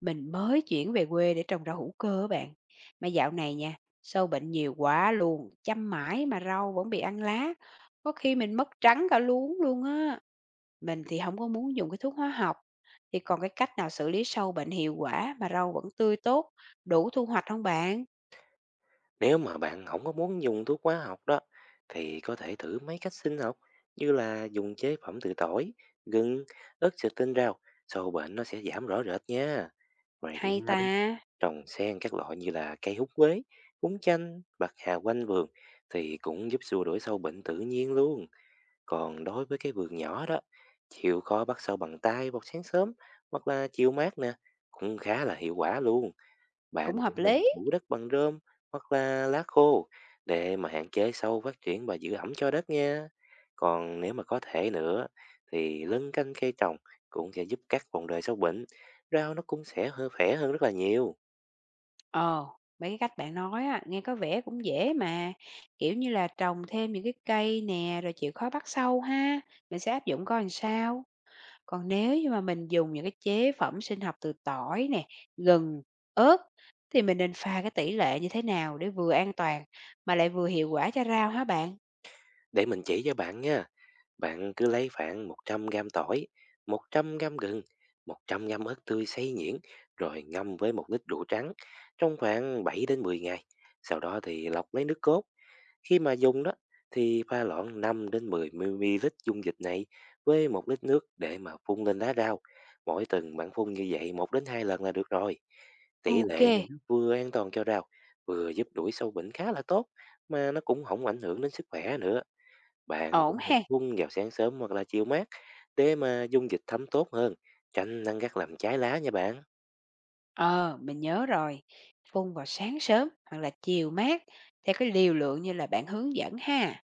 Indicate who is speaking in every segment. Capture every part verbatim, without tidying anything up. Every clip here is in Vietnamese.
Speaker 1: Mình mới chuyển về quê để trồng rau hữu cơ á bạn. Mà dạo này nha, sâu bệnh nhiều quá luôn, chăm mãi mà rau vẫn bị ăn lá. Có khi mình mất trắng cả luống luôn á. Mình thì không có muốn dùng cái thuốc hóa học. Thì còn cái cách nào xử lý sâu bệnh hiệu quả mà rau vẫn tươi tốt, đủ thu hoạch không bạn?
Speaker 2: Nếu mà bạn không có muốn dùng thuốc hóa học đó thì có thể thử mấy cách sinh học như là dùng chế phẩm từ tỏi, gừng, ớt xịt tinh rau, sâu bệnh nó sẽ giảm rõ rệt nha. Ngoài
Speaker 1: Hay
Speaker 2: ra đó,
Speaker 1: ta,
Speaker 2: trồng xen các loại như là cây húng quế, húng chanh, bạc hà quanh vườn thì cũng giúp xua đuổi sâu bệnh tự nhiên luôn. Còn đối với cái vườn nhỏ đó, chịu khó bắt sâu bằng tay vào sáng sớm hoặc là chiều mát nè, cũng khá là hiệu quả luôn.
Speaker 1: cũng
Speaker 2: Bạn cũng
Speaker 1: hợp
Speaker 2: nên
Speaker 1: lý.
Speaker 2: phủ đất bằng rơm hoặc là lá khô để mà hạn chế sâu phát triển và giữ ẩm cho đất nha. Còn nếu mà có thể nữa thì lân canh cây trồng cũng sẽ giúp cắt vòng đời sâu bệnh. Rau nó cũng sẽ hơi khỏe hơn rất là nhiều.
Speaker 1: Ờ, mấy cái cách bạn nói á, nghe có vẻ cũng dễ mà. Kiểu như là trồng thêm những cái cây nè, rồi chịu khó bắt sâu ha. Mình sẽ áp dụng coi làm sao. Còn nếu như mà mình dùng những cái chế phẩm sinh học từ tỏi nè, gừng, ớt thì mình nên pha cái tỷ lệ như thế nào để vừa an toàn mà lại vừa hiệu quả cho rau hả bạn?
Speaker 2: Để mình chỉ cho bạn nha. Bạn cứ lấy khoảng một trăm gram tỏi, một trăm gram gừng, một trăm gram ớt tươi xay nhuyễn rồi ngâm với một lít rượu trắng trong khoảng bảy đến mười ngày. Sau đó thì lọc lấy nước cốt. Khi mà dùng đó thì pha loãng năm đến mười mi li lít dung dịch này với một lít nước để mà phun lên lá rau. Mỗi tuần bạn phun như vậy một đến hai lần là được rồi. Tỷ lệ
Speaker 1: Ok,
Speaker 2: này nó vừa an toàn cho rau, vừa giúp đuổi sâu bệnh khá là tốt mà nó cũng không ảnh hưởng đến sức khỏe nữa. Bạn
Speaker 1: ổn
Speaker 2: cũng nên
Speaker 1: ha.
Speaker 2: phun vào sáng sớm hoặc là chiều mát để mà dung dịch thấm tốt hơn, tránh nắng gắt làm trái lá nha bạn.
Speaker 1: Ờ, mình nhớ rồi. Phun vào sáng sớm hoặc là chiều mát theo cái liều lượng như là bạn hướng dẫn ha.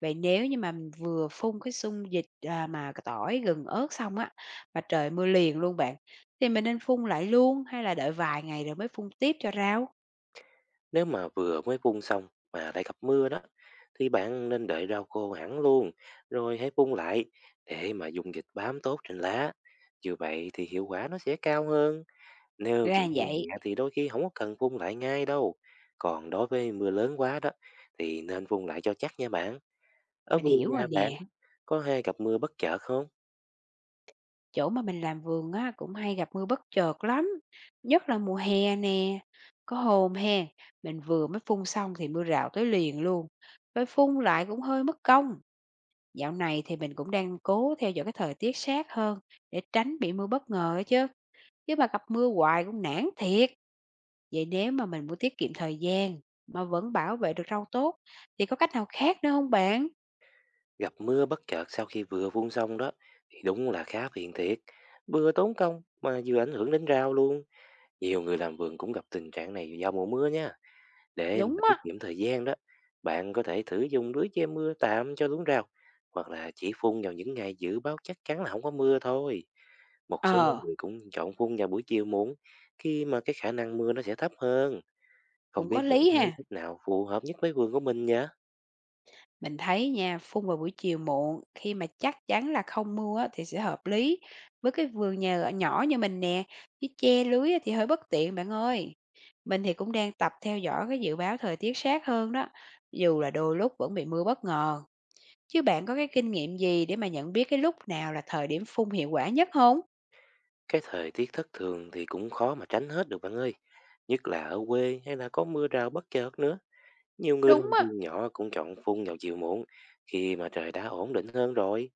Speaker 1: Vậy nếu như mà mình vừa phun cái xung dịch à, mà cái tỏi, gừng, ớt xong á mà trời mưa liền luôn bạn thì mình nên phun lại luôn hay là đợi vài ngày rồi mới phun tiếp cho rau?
Speaker 2: Nếu mà vừa mới phun xong mà lại gặp mưa đó thì bạn nên đợi rau khô hẳn luôn rồi hãy phun lại để mà dung dịch bám tốt trên lá. Như vậy thì hiệu quả nó sẽ cao hơn. Nếu chỉ
Speaker 1: Ra
Speaker 2: mưa
Speaker 1: vậy.
Speaker 2: nhẹ thì đôi khi không có cần phun lại ngay đâu. Còn đối với mưa lớn quá đó thì nên phun lại cho chắc nha bạn. Ở
Speaker 1: Mình
Speaker 2: vườn
Speaker 1: hiểu rồi
Speaker 2: nhà bạn
Speaker 1: nè,
Speaker 2: đó, có hay gặp mưa bất chợt không?
Speaker 1: chỗ mà mình làm vườn á cũng hay gặp mưa bất chợt lắm, nhất là mùa hè nè. Có hôm hen, mình vừa mới phun xong thì mưa rào tới liền luôn. Phải phun lại cũng hơi mất công. Dạo này thì mình cũng đang cố theo dõi cái thời tiết sát hơn để tránh bị mưa bất ngờ ấy chứ. Chứ mà gặp mưa hoài cũng nản thiệt. Vậy nếu mà mình muốn tiết kiệm thời gian mà vẫn bảo vệ được rau tốt thì có cách nào khác nữa không bạn?
Speaker 2: Gặp mưa bất chợt sau khi vừa phun xong đó thì đúng là khá phiền thiệt. Vừa tốn công mà vừa ảnh hưởng đến rau luôn. Nhiều người làm vườn cũng gặp tình trạng này do mùa mưa nha. Để mà
Speaker 1: Đúng
Speaker 2: tiết
Speaker 1: á.
Speaker 2: kiệm thời gian đó, bạn có thể thử dùng lưới che mưa tạm cho luống rau hoặc là chỉ phun vào những ngày dự báo chắc chắn là không có mưa thôi. Một số
Speaker 1: Ờ,
Speaker 2: người cũng chọn phun vào buổi chiều muộn khi mà cái khả năng mưa nó sẽ thấp hơn. Không
Speaker 1: cũng
Speaker 2: biết
Speaker 1: có
Speaker 2: bạn
Speaker 1: lý
Speaker 2: thấy
Speaker 1: ha.
Speaker 2: cách nào phù hợp nhất với vườn của mình nhỉ?
Speaker 1: Mình thấy nha, phun vào buổi chiều muộn khi mà chắc chắn là không mưa á, thì sẽ hợp lý. Với cái vườn nhà ở nhỏ như mình nè, chứ che lưới á thì hơi bất tiện bạn ơi. Mình thì cũng đang tập theo dõi cái dự báo thời tiết sát hơn đó, dù là đôi lúc vẫn bị mưa bất ngờ. Chứ bạn có cái kinh nghiệm gì để mà nhận biết cái lúc nào là thời điểm phun hiệu quả nhất không?
Speaker 2: Cái thời tiết thất thường thì cũng khó mà tránh hết được bạn ơi. Nhất là ở quê hay là có mưa rào bất chợt nữa. Nhiều người làm
Speaker 1: Đúng á.
Speaker 2: vườn nhỏ cũng chọn phun vào chiều muộn khi mà trời đã ổn định hơn rồi.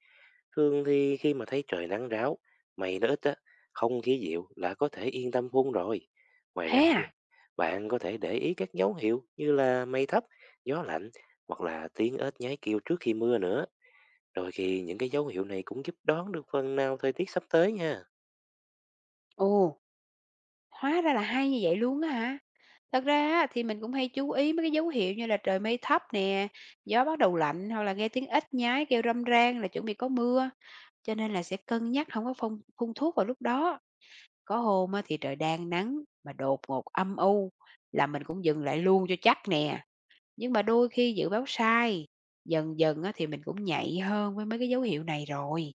Speaker 2: Thường thì khi mà thấy trời nắng ráo, mây nó ít á, không khí dịu là có thể yên tâm phun rồi. Ngoài ra,
Speaker 1: Thế à?
Speaker 2: bạn có thể để ý các dấu hiệu như là mây thấp, gió lạnh hoặc là tiếng ếch nhái kêu trước khi mưa nữa. Đôi khi những cái dấu hiệu này cũng giúp đoán được phần nào thời tiết sắp tới nha.
Speaker 1: Ồ, hóa ra là hay như vậy luôn á hả? Thật ra á, thì mình cũng hay chú ý mấy cái dấu hiệu như là trời mây thấp nè, gió bắt đầu lạnh hoặc là nghe tiếng ếch nhái kêu râm ran là chuẩn bị có mưa. Cho nên là sẽ cân nhắc không có phun, phun thuốc vào lúc đó. Có hôm á, thì trời đang nắng mà đột ngột âm u là mình cũng dừng lại luôn cho chắc nè. Nhưng mà đôi khi dự báo sai, dần dần á, thì mình cũng nhạy hơn với mấy cái dấu hiệu này rồi.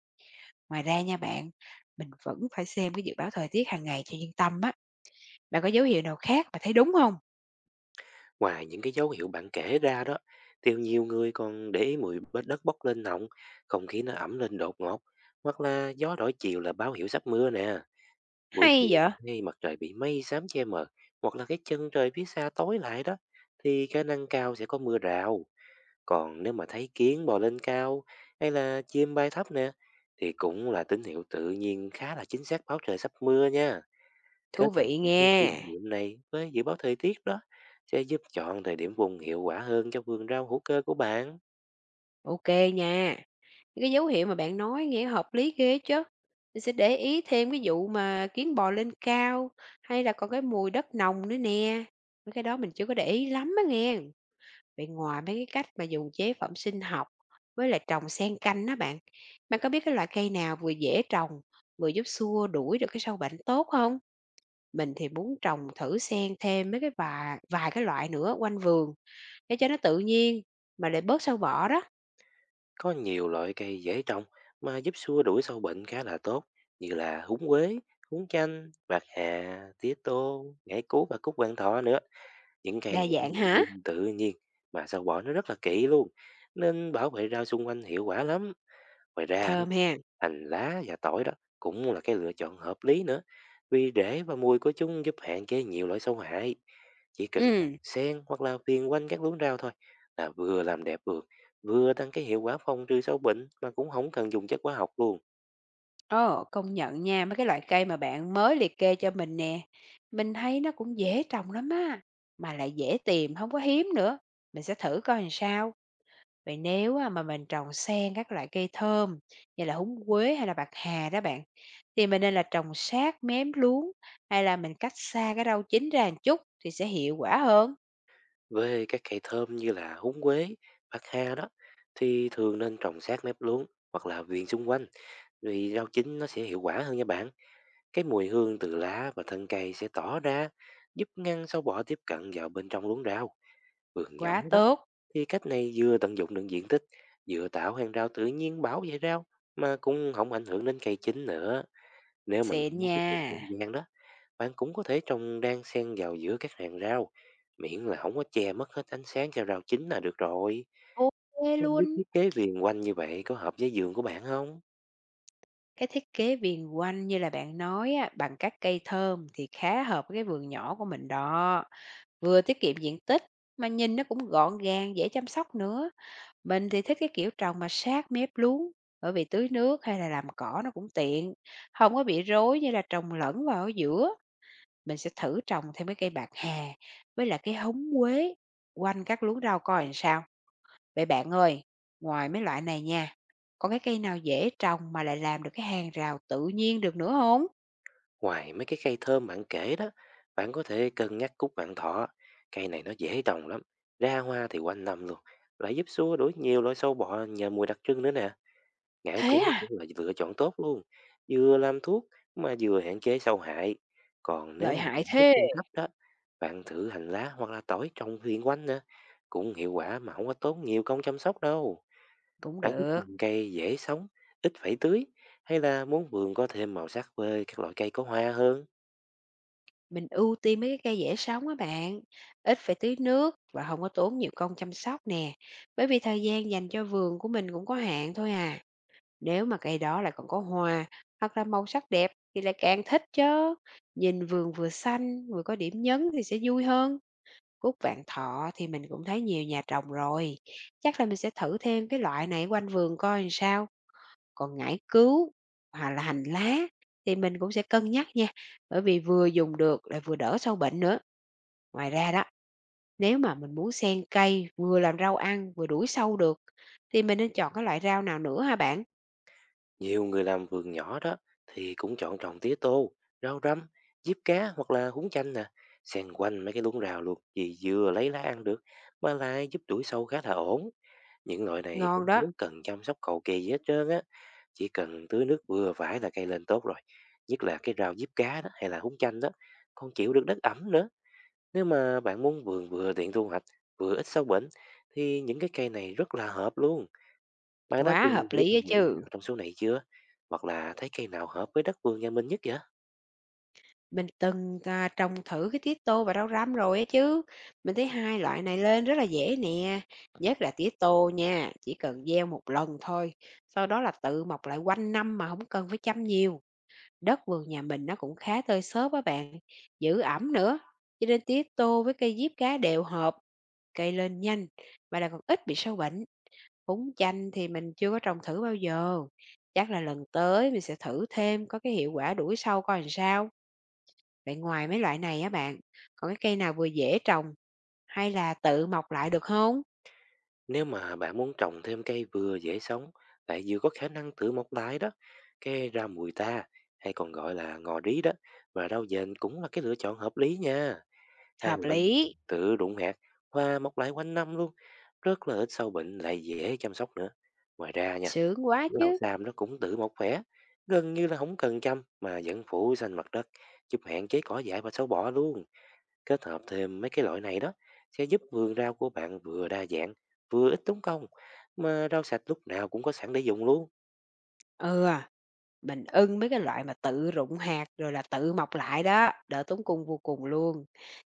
Speaker 1: Ngoài ra nha bạn, mình vẫn phải xem cái dự báo thời tiết hàng ngày cho yên tâm á. Bạn có dấu hiệu nào khác mà thấy đúng không?
Speaker 2: Ngoài những cái dấu hiệu bạn kể ra đó, thì nhiều người còn để ý mùi bết đất bốc lên nồng, không khí nó ẩm lên đột ngột, hoặc là gió đổi chiều là báo hiệu sắp mưa nè. Buổi
Speaker 1: Hay
Speaker 2: chiều
Speaker 1: vậy?
Speaker 2: ngay mặt trời bị mây xám che mờ, hoặc là cái chân trời phía xa tối lại đó, thì khả năng cao sẽ có mưa rào. Còn nếu mà thấy kiến bò lên cao hay là chim bay thấp nè, thì cũng là tín hiệu tự nhiên khá là chính xác báo trời sắp mưa nha. Kết
Speaker 1: Thú
Speaker 2: hợp
Speaker 1: vị
Speaker 2: những cái
Speaker 1: nghe,
Speaker 2: kinh nghiệm này với dự báo thời tiết đó sẽ giúp chọn thời điểm vùng hiệu quả hơn cho vườn rau hữu cơ của bạn.
Speaker 1: ok nha. Những cái dấu hiệu mà bạn nói nghe hợp lý ghê chứ. Mình sẽ để ý thêm cái vụ mà kiến bò lên cao, hay là còn cái mùi đất nồng nữa nè. Mấy cái đó mình chưa có để ý lắm á nghe. Vậy ngoài mấy cái cách mà dùng chế phẩm sinh học với lại trồng xen canh đó bạn, bạn có biết cái loại cây nào vừa dễ trồng, vừa giúp xua đuổi được cái sâu bệnh tốt không? Mình thì muốn trồng thử xen thêm mấy cái vài vài cái loại nữa quanh vườn để cho nó tự nhiên mà lại bớt sâu bọ đó.
Speaker 2: Có nhiều loại cây dễ trồng mà giúp xua đuổi sâu bệnh khá là tốt như là húng quế, húng chanh, bạc hà, tía tô, ngải cứu và cúc vạn thọ nữa. Những cây
Speaker 1: Đa
Speaker 2: này có
Speaker 1: dạng
Speaker 2: mùi
Speaker 1: hả?
Speaker 2: hương tự nhiên mà sâu bọ nó rất là kỵ luôn nên bảo vệ rau xung quanh hiệu quả lắm. Ngoài ra á,
Speaker 1: Thơm ha.
Speaker 2: hành lá và tỏi đó cũng là cái lựa chọn hợp lý nữa vì rễ và mùi của chúng giúp hạn chế nhiều loại sâu hại. Chỉ cần trồng
Speaker 1: Ừm,
Speaker 2: xen hoặc là viền quanh các luống rau thôi là vừa làm đẹp vườn, vừa tăng cái hiệu quả phòng trừ sâu bệnh mà cũng không cần dùng chất hóa học luôn.
Speaker 1: ồ, công nhận nha, mấy cái loại cây mà bạn mới liệt kê cho mình nè, mình thấy nó cũng dễ trồng lắm á, mà lại dễ tìm, không có hiếm nữa. Mình sẽ thử coi làm sao. Vậy nếu á mà mình trồng xen các loại cây thơm như là húng quế hay là bạc hà đó bạn, thì mình nên là trồng sát mép luống hay là mình cách xa cái rau chính ra một chút thì sẽ hiệu quả hơn?
Speaker 2: Với các cây thơm như là húng quế, bạc hà đó thì thường nên trồng sát mép luống hoặc là viền xung quanh vì rau chính nó sẽ hiệu quả hơn nha bạn. Cái mùi hương từ lá và thân cây sẽ tỏ ra giúp ngăn sâu bọ tiếp cận vào bên trong luống rau, vườn nhỏ
Speaker 1: Quá
Speaker 2: đó.
Speaker 1: tốt,
Speaker 2: Thì cách này vừa tận dụng được diện tích, vừa tạo hàng rau tự nhiên bảo vệ rau mà cũng không ảnh hưởng đến cây chính nữa. Nếu mình
Speaker 1: xịn
Speaker 2: muốn
Speaker 1: nha.
Speaker 2: tiết kiệm không gian đó, bạn cũng có thể trồng đan xen vào giữa các hàng rau, miễn là không có che mất hết ánh sáng cho rau chính là được rồi.
Speaker 1: OK
Speaker 2: Không biết
Speaker 1: luôn.
Speaker 2: thiết kế viền quanh như vậy có hợp với giường của bạn không?
Speaker 1: Cái thiết kế viền quanh như là bạn nói á, bằng các cây thơm thì khá hợp với cái vườn nhỏ của mình đó. Vừa tiết kiệm diện tích mà nhìn nó cũng gọn gàng, dễ chăm sóc nữa. Mình thì thích cái kiểu trồng mà sát mép luống, bởi vì tưới nước hay là làm cỏ nó cũng tiện, không có bị rối như là trồng lẫn vào ở giữa. Mình sẽ thử trồng thêm cái cây bạc hà với là cái húng quế quanh các luống rau coi làm sao. Vậy bạn ơi, ngoài mấy loại này nha, có cái cây nào dễ trồng mà lại làm được cái hàng rào tự nhiên được nữa không?
Speaker 2: Ngoài mấy cái cây thơm bạn kể đó, bạn có thể cân nhắc cúc vạn thọ. Cây này nó dễ trồng lắm, ra hoa thì quanh năm luôn. Lại giúp xua đuổi nhiều loại sâu bọ nhờ mùi đặc trưng nữa nè. Ngải cứu
Speaker 1: Thế à?
Speaker 2: cũng là lựa chọn tốt luôn. Vừa làm thuốc mà vừa hạn chế sâu hại. Còn nếu
Speaker 1: Lợi
Speaker 2: mà
Speaker 1: hại
Speaker 2: bạn thích
Speaker 1: thế!
Speaker 2: ăn thấp đó, bạn thử hành lá hoặc là tỏi trồng xung quanh nữa. Cũng hiệu quả mà không có tốn nhiều công chăm sóc đâu.
Speaker 1: Cũng
Speaker 2: Bạn thích
Speaker 1: được,
Speaker 2: trồng cây dễ sống, ít phải tưới hay là muốn vườn có thêm màu sắc với các loại cây có hoa hơn?
Speaker 1: mình ưu tiên mấy cái cây dễ sống á bạn, ít phải tưới nước và không có tốn nhiều công chăm sóc nè, bởi vì thời gian dành cho vườn của mình cũng có hạn thôi à. Nếu mà cây đó lại còn có hoa hoặc là màu sắc đẹp thì lại càng thích chứ nhìn vườn vừa xanh vừa có điểm nhấn thì sẽ vui hơn. Cúc vạn thọ thì mình cũng thấy nhiều nhà trồng rồi. Chắc là mình sẽ thử thêm cái loại này quanh vườn coi làm sao. Còn ngải cứu hoặc là hành lá thì mình cũng sẽ cân nhắc nha. Bởi vì vừa dùng được lại vừa đỡ sâu bệnh nữa. Ngoài ra đó, nếu mà mình muốn xen cây vừa làm rau ăn vừa đuổi sâu được thì mình nên chọn cái loại rau nào nữa hả bạn?
Speaker 2: Nhiều người làm vườn nhỏ đó thì cũng chọn trồng tía tô, rau răm, diếp cá hoặc là húng chanh nè, xen quanh mấy cái luống rau luôn vì vừa lấy lá ăn được mà lại giúp đuổi sâu khá là ổn. Những loại này cũng
Speaker 1: Ngon đó,
Speaker 2: không cần chăm sóc cầu kỳ gì hết trơn á, chỉ cần tưới nước vừa phải là cây lên tốt rồi. Nhất là cái rau diếp cá đó hay là húng chanh đó, còn chịu được đất ẩm nữa. Nếu mà bạn muốn vườn vừa tiện thu hoạch, vừa ít sâu bệnh thì những cái cây này rất là hợp luôn. Bạn đã
Speaker 1: quá hợp
Speaker 2: từng thử
Speaker 1: lý ấy
Speaker 2: trồng loại
Speaker 1: chứ.
Speaker 2: nào trong số này chưa? Hoặc là thấy cây nào hợp với đất vườn nhà mình nhất vậy?
Speaker 1: Mình từng, à, trồng thử cái tía tô và rau răm rồi á chứ. Mình thấy hai loại này lên rất là dễ nè, nhất là tía tô nha, chỉ cần gieo một lần thôi, sau đó là tự mọc lại quanh năm mà không cần phải chăm nhiều. Đất vườn nhà mình nó cũng khá tơi xốp á bạn, giữ ẩm nữa, cho nên tía tô với cây diếp cá đều hợp, cây lên nhanh và là còn ít bị sâu bệnh. Húng chanh thì mình chưa có trồng thử bao giờ, chắc là lần tới mình sẽ thử thêm có cái hiệu quả đuổi sâu coi làm sao. Vậy ngoài mấy loại này á bạn, còn cái cây nào vừa dễ trồng hay là tự mọc lại được không?
Speaker 2: Nếu mà bạn muốn trồng thêm cây vừa dễ sống, lại vừa có khả năng tự mọc lại đó, cây ra mùi ta, hay còn gọi là ngò rí đó, và rau dền cũng là cái lựa chọn hợp lý nha. Hai
Speaker 1: Hợp
Speaker 2: loại này thường
Speaker 1: lý,
Speaker 2: tự rụng hạt, hoa mọc lại quanh năm luôn, rất là ít sâu bệnh lại dễ chăm sóc nữa. Ngoài ra nha,
Speaker 1: sướng quá
Speaker 2: rau
Speaker 1: chứ.
Speaker 2: sam nó cũng tự mọc khỏe, gần như là không cần chăm mà vẫn phủ xanh mặt đất, giúp hạn chế cỏ dại và sâu bọ luôn. Kết hợp thêm mấy cái loại này đó sẽ giúp vườn rau của bạn vừa đa dạng, vừa ít tốn công, mà rau sạch lúc nào cũng có sẵn để dùng luôn.
Speaker 1: Ừ, à, mình ưng mấy cái loại mà tự rụng hạt rồi là tự mọc lại đó, đỡ tốn công vô cùng luôn.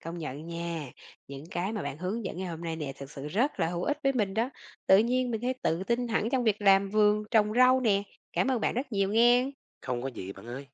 Speaker 1: Công nhận nha, những cái mà bạn hướng dẫn ngày hôm nay nè thực sự rất là hữu ích với mình đó. Tự nhiên mình thấy tự tin hẳn trong việc làm vườn, trồng rau nè. Cảm ơn bạn rất nhiều nghe.
Speaker 2: Không có gì bạn ơi.